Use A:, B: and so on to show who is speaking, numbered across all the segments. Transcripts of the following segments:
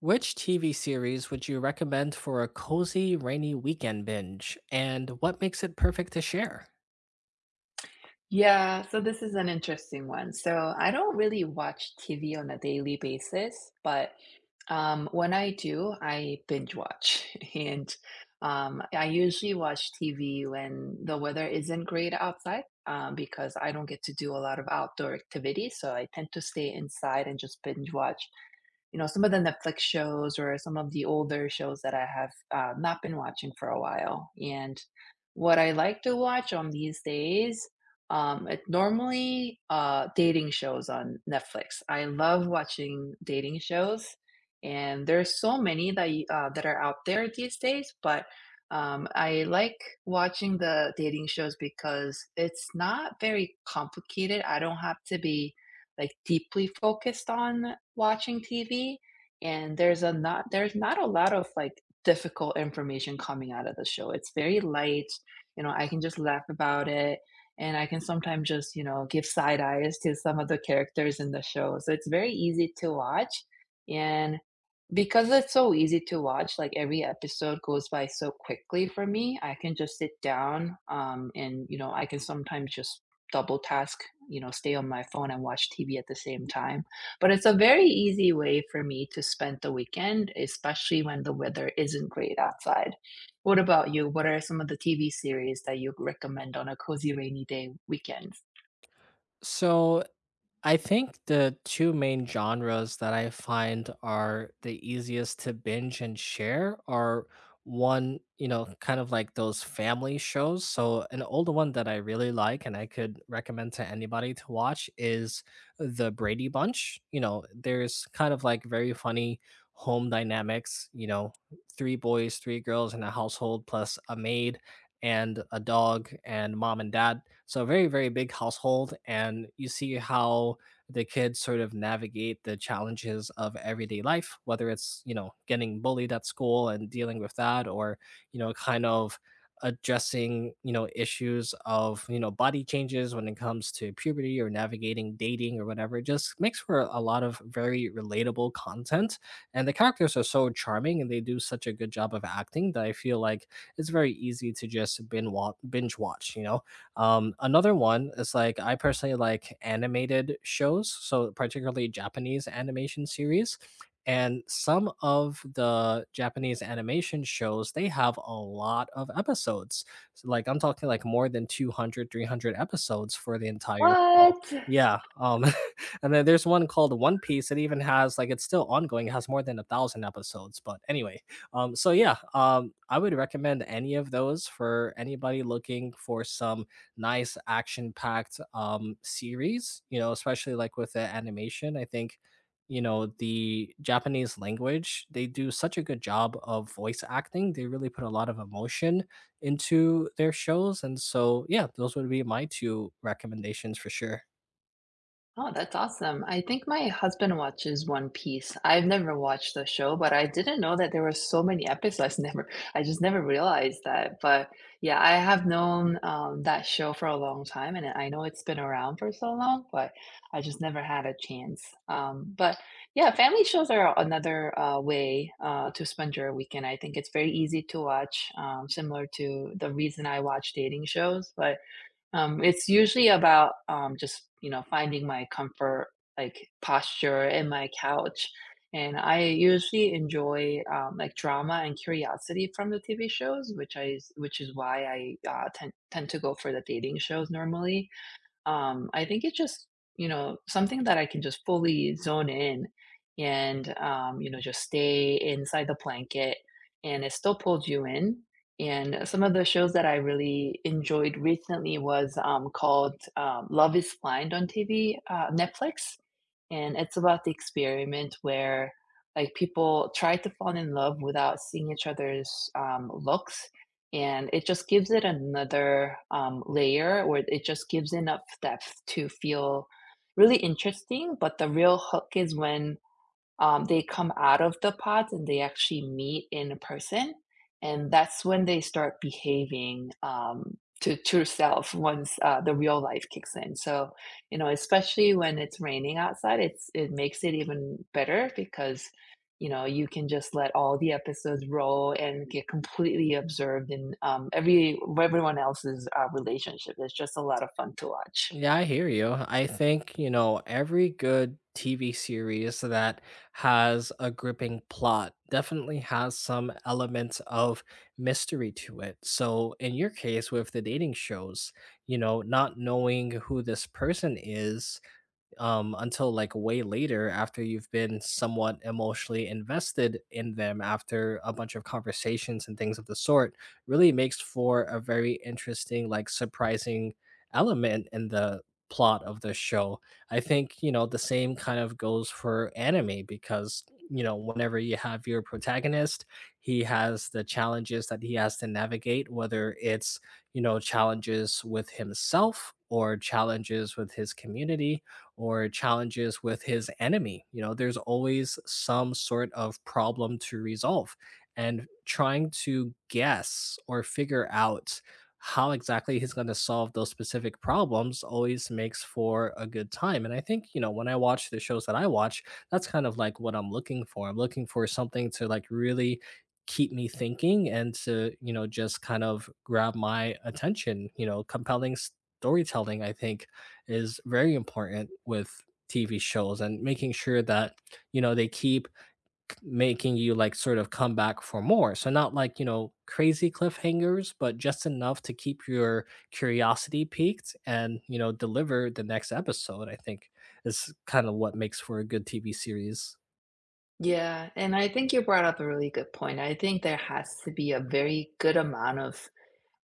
A: Which TV series would you recommend for a cozy, rainy weekend binge, and what makes it perfect to share?
B: Yeah, so this is an interesting one. So I don't really watch TV on a daily basis, but when I do, I binge watch. And I usually watch TV when the weather isn't great outside because I don't get to do a lot of outdoor activities. So I tend to stay inside and just binge watch some of the Netflix shows or some of the older shows that I have not been watching for a while. And what I like to watch on these days, it normally dating shows on Netflix. I love watching dating shows, and there's so many that are out there these days. But I like watching the dating shows because it's not very complicated. I don't have to be like deeply focused on watching TV, and there's not a lot of like difficult information coming out of the show. It's very light, you know, I can just laugh about it, and I can sometimes just, you know, give side eyes to some of the characters in the show. So it's very easy to watch, and because it's so easy to watch, like every episode goes by so quickly for me, I can just sit down and you know I can sometimes just double task, you know, stay on my phone and watch TV at the same time. But it's a very easy way for me to spend the weekend, especially when the weather isn't great outside. What about you? What are some of the TV series that you recommend on a cozy rainy day weekend?
A: So, I think the two main genres that I find are the easiest to binge and share are one, you know, kind of like those family shows. So, an old one that I really like and I could recommend to anybody to watch is The Brady Bunch. You know, there's kind of like very funny home dynamics, you know, three boys, three girls in a household plus a maid and a dog and mom and dad. So a very, very big household. And you see how the kids sort of navigate the challenges of everyday life, whether it's, you know, getting bullied at school and dealing with that, or, you know, kind of addressing, you know, issues of, you know, body changes when it comes to puberty or navigating dating or whatever. It just makes for a lot of very relatable content. And the characters are so charming and they do such a good job of acting that I feel like it's very easy to just binge watch. Another one is like I personally like animated shows, so particularly Japanese animation series. And some of the Japanese animation shows, they have a lot of episodes. So, like I'm talking like more than 200, 300 episodes for the entire show.
B: What?
A: Yeah. And then there's one called One Piece. It even has like it's still ongoing. It has more than a thousand episodes. But anyway, so yeah, I would recommend any of those for anybody looking for some nice action-packed series. You know, especially like with the animation. I think you know the Japanese language. They do such a good job of voice acting. They really put a lot of emotion into their shows, and so yeah, those would be my two recommendations for sure.
B: Oh, that's awesome. I think my husband watches One Piece. I've never watched the show, but I didn't know that there were so many episodes. Never, I just never realized that. But yeah, I have known that show for a long time, and I know it's been around for so long, but I just never had a chance. But yeah, family shows are another way to spend your weekend. I think it's very easy to watch, similar to the reason I watch dating shows, but it's usually about, just, you know, finding my comfort, like, posture in my couch, and I usually enjoy, like, drama and curiosity from the TV shows, which is why I, tend to go for the dating shows normally. I think it's just, you know, something that I can just fully zone in and, you know, just stay inside the blanket, and it still pulls you in. And some of the shows that I really enjoyed recently was called Love is Blind on TV, Netflix, and it's about the experiment where like people try to fall in love without seeing each other's looks, and it just gives it another layer, or it just gives enough depth to feel really interesting, but the real hook is when they come out of the pods and they actually meet in person. And that's when they start behaving to true self once the real life kicks in. So, you know, especially when it's raining outside, it makes it even better because, you know, you can just let all the episodes roll and get completely absorbed in everyone else's relationship. It's just a lot of fun to watch.
A: Yeah, I hear you. I think, you know, every good TV series that has a gripping plot definitely has some elements of mystery to it. So, in your case, with the dating shows, you know, not knowing who this person is until like way later after you've been somewhat emotionally invested in them after a bunch of conversations and things of the sort really makes for a very interesting like surprising element in the plot of the show. I think, you know, the same kind of goes for anime because, you know, whenever you have your protagonist, he has the challenges that he has to navigate, whether it's, you know, challenges with himself or challenges with his community or challenges with his enemy. You know, there's always some sort of problem to resolve. And trying to guess or figure out how exactly he's going to solve those specific problems always makes for a good time. And I think, you know, when I watch the shows that I watch, that's kind of like what I'm looking for. I'm looking for something to like really keep me thinking and to, you know, just kind of grab my attention, you know, compelling storytelling I think is very important with TV shows and making sure that, you know, they keep making you like sort of come back for more. So not like, you know, crazy cliffhangers, but just enough to keep your curiosity piqued and, you know, deliver the next episode, I think is kind of what makes for a good TV series.
B: Yeah, and I think you brought up a really good point. I think there has to be a very good amount of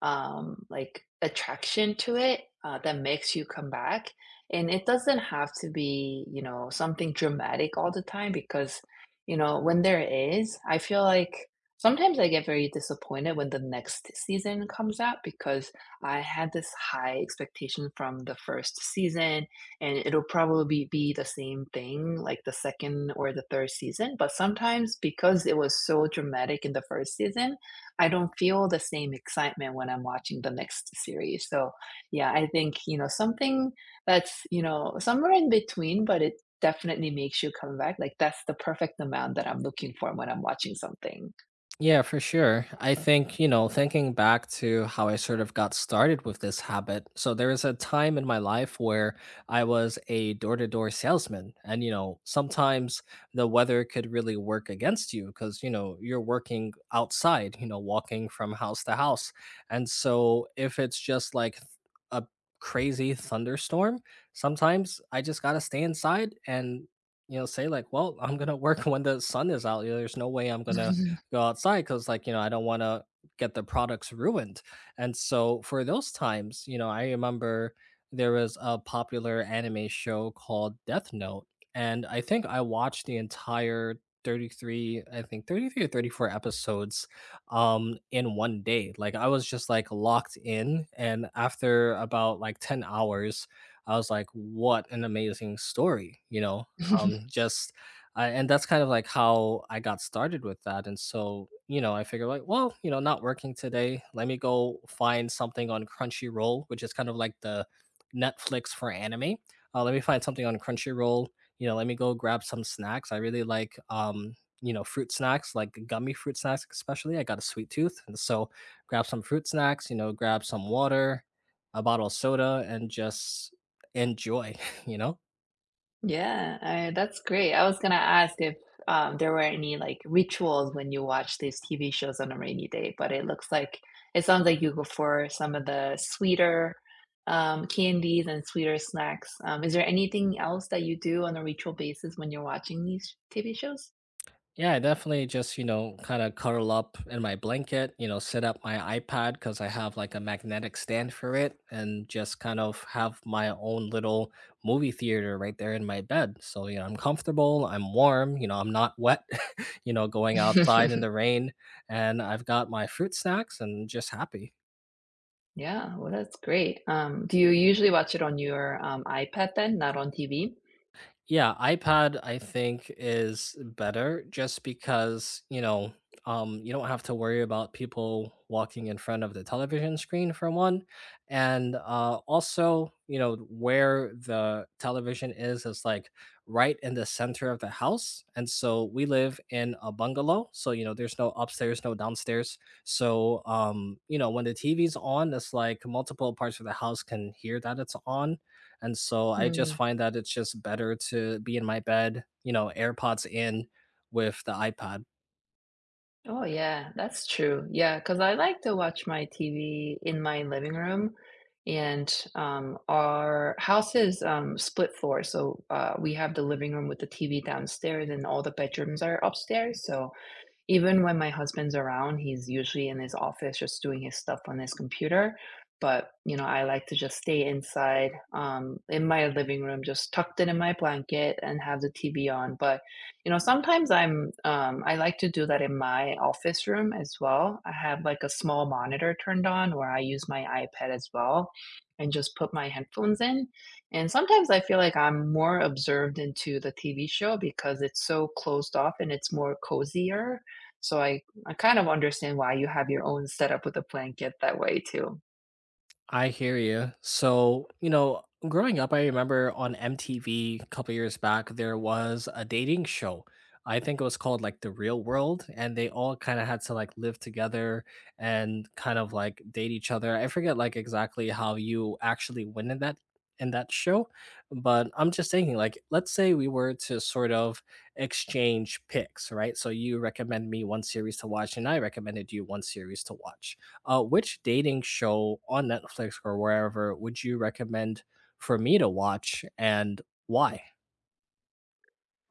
B: like attraction to it that makes you come back. And it doesn't have to be, you know, something dramatic all the time because, you know, when there is, I feel like sometimes I get very disappointed when the next season comes out because I had this high expectation from the first season, and it'll probably be the same thing like the second or the third season. But sometimes because it was so dramatic in the first season, I don't feel the same excitement when I'm watching the next series. So, yeah, I think, you know, something that's, you know, somewhere in between, but it definitely makes you come back. Like that's the perfect amount that I'm looking for when I'm watching something.
A: Yeah, for sure. I think, you know, thinking back to how I sort of got started with this habit. So there was a time in my life where I was a door-to-door salesman and you know, sometimes the weather could really work against you because, you know, you're working outside, you know, walking from house to house. And so if it's just like a crazy thunderstorm, sometimes I just got to stay inside and, you know, say like, well, I'm gonna work when the sun is out. You know, there's no way I'm gonna go outside because like, you know, I don't want to get the products ruined. And so for those times, you know, I remember there was a popular anime show called Death Note, and I think I watched the entire 33, I think 33 or 34 episodes in one day. Like I was just like locked in, and after about like 10 hours, I was like, what an amazing story, you know? um just and that's kind of like how I got started with that. And so, you know, I figured like, well, you know, not working today. Let me go find something on Crunchyroll, which is kind of like the Netflix for anime. Let me find something on Crunchyroll. You know, let me go grab some snacks. I really like, you know, fruit snacks, like gummy fruit snacks, especially. I got a sweet tooth. And so grab some fruit snacks, you know, grab some water, a bottle of soda, and just enjoy, you know?
B: Yeah, I that's great. I was gonna ask if, there were any, like, rituals when you watch these TV shows on a rainy day, but it sounds like you go for some of the sweeter, candies and sweeter snacks. Is there anything else that you do on a ritual basis when you're watching these TV shows?
A: Yeah, I definitely just, you know, kind of cuddle up in my blanket, you know, set up my iPad because I have like a magnetic stand for it and just kind of have my own little movie theater right there in my bed. So, you know, I'm comfortable, I'm warm, you know, I'm not wet, you know, going outside in the rain. And I've got my fruit snacks and just happy.
B: Yeah, well, that's great. Do you usually watch it on your, iPad then, not on TV?
A: Yeah, iPad I think is better just because, you know, you don't have to worry about people walking in front of the television screen for one. And also, you know, where the television is like right in the center of the house. And so we live in a bungalow. So, you know, there's no upstairs, no downstairs. So, you know, when the TV's on, it's like multiple parts of the house can hear that it's on, and so I just
B: Mm.
A: find that it's just better to be in my bed, you know, AirPods in with the iPad.
B: Oh, yeah, that's true. Yeah, because I like to watch my TV in my living room, and, our house is, split floor, so, we have the living room with the TV downstairs, and all the bedrooms are upstairs, so even when my husband's around, he's usually in his office just doing his stuff on his computer, but, you know, I like to just stay inside, in my living room, just tucked in my blanket and have the TV on, but, you know, sometimes I like to do that in my office room as well. I have, like, a small monitor turned on where I use my iPad as well, and just put my headphones in, and sometimes I feel like I'm more absorbed into the TV show because it's so closed off and it's more cozier, so I kind of understand why you have your own setup with a blanket that way too.
A: I hear you. So, you know, growing up, I remember on MTV a couple years back, there was a dating show. I think it was called like The Real World, and they all kind of had to like live together and kind of like date each other. I forget like exactly how you actually win in that show, but I'm just thinking like let's say we were to sort of exchange picks, right? So you recommend me one series to watch and I recommended you one series to watch. Which dating show on Netflix or wherever would you recommend for me to watch and why?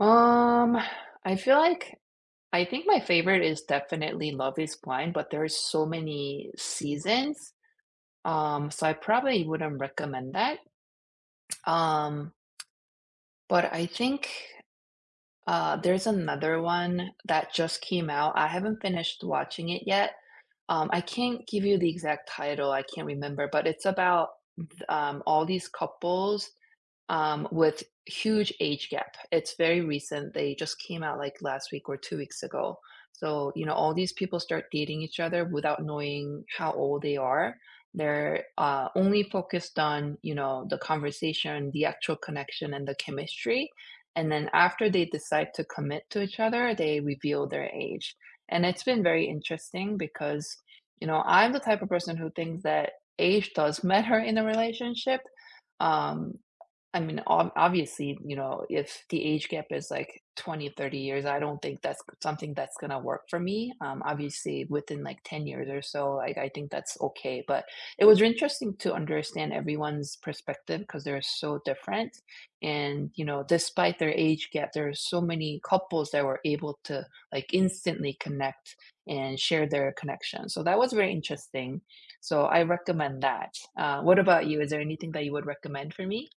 B: Um, I feel like I think my favorite is definitely Love Is Blind, but there are so many seasons. So I probably wouldn't recommend that. Um, but I think there's another one that just came out. I haven't finished watching it yet. I can't give you the exact title. I can't remember, but it's about all these couples with huge age gap. It's very recent. They just came out like last week or 2 weeks ago. So, you know, all these people start dating each other without knowing how old they are. They're only focused on, you know, the conversation, the actual connection, and the chemistry. And then after they decide to commit to each other, they reveal their age. And it's been very interesting because, you know, I'm the type of person who thinks that age does matter in a relationship. Um, I mean, ob obviously, you know, if the age gap is, like, 20, 30 years, I don't think that's something that's gonna work for me. Obviously, within, like, 10 years or so, like, I think that's okay, but it was interesting to understand everyone's perspective because 'cause they're so different, and, you know, despite their age gap, there are so many couples that were able to, like, instantly connect and share their connection, so that was very interesting, so I recommend that. What about you? Is there anything that you would recommend for me?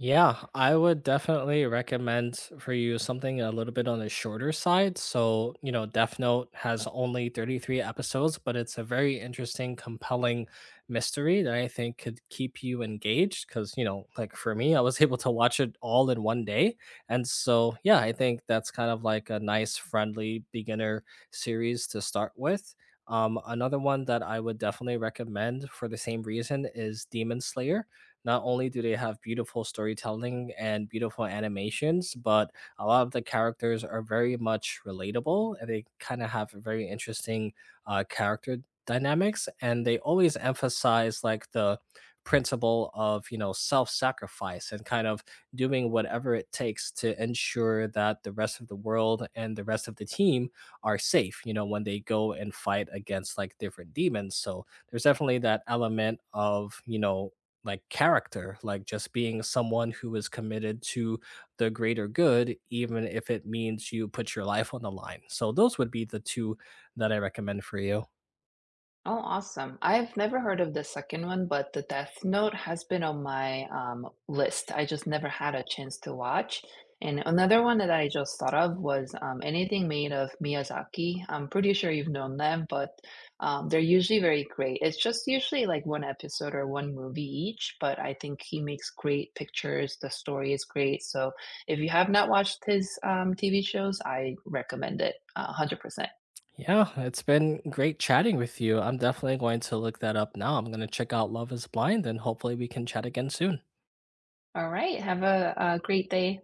A: Yeah, I would definitely recommend for you something a little bit on the shorter side. So, you know, Death Note has only 33 episodes, but it's a very interesting, compelling mystery that I think could keep you engaged. Cause, you know, like for me, I was able to watch it all in one day. And so, yeah, I think that's kind of like a nice, friendly beginner series to start with. Another one that I would definitely recommend for the same reason is Demon Slayer. Not only do they have beautiful storytelling and beautiful animations, but a lot of the characters are very much relatable and they kind of have a very interesting character dynamics. And they always emphasize like the principle of, you know, self sacrifice and kind of doing whatever it takes to ensure that the rest of the world and the rest of the team are safe, you know, when they go and fight against like different demons. So there's definitely that element of, you know, like character, like just being someone who is committed to the greater good, even if it means you put your life on the line. So those would be the two that I recommend for you.
B: Oh, awesome. I've never heard of the second one, but the Death Note has been on my list. I just never had a chance to watch. And another one that I just thought of was anything made of Miyazaki. I'm pretty sure you've known them, but they're usually very great. It's just usually like one episode or one movie each, but I think he makes great pictures. The story is great. So if you have not watched his TV shows, I recommend it 100%.
A: Yeah, it's been great chatting with you. I'm definitely going to look that up now. I'm going to check out Love is Blind and hopefully we can chat again soon.
B: All right. Have a great day.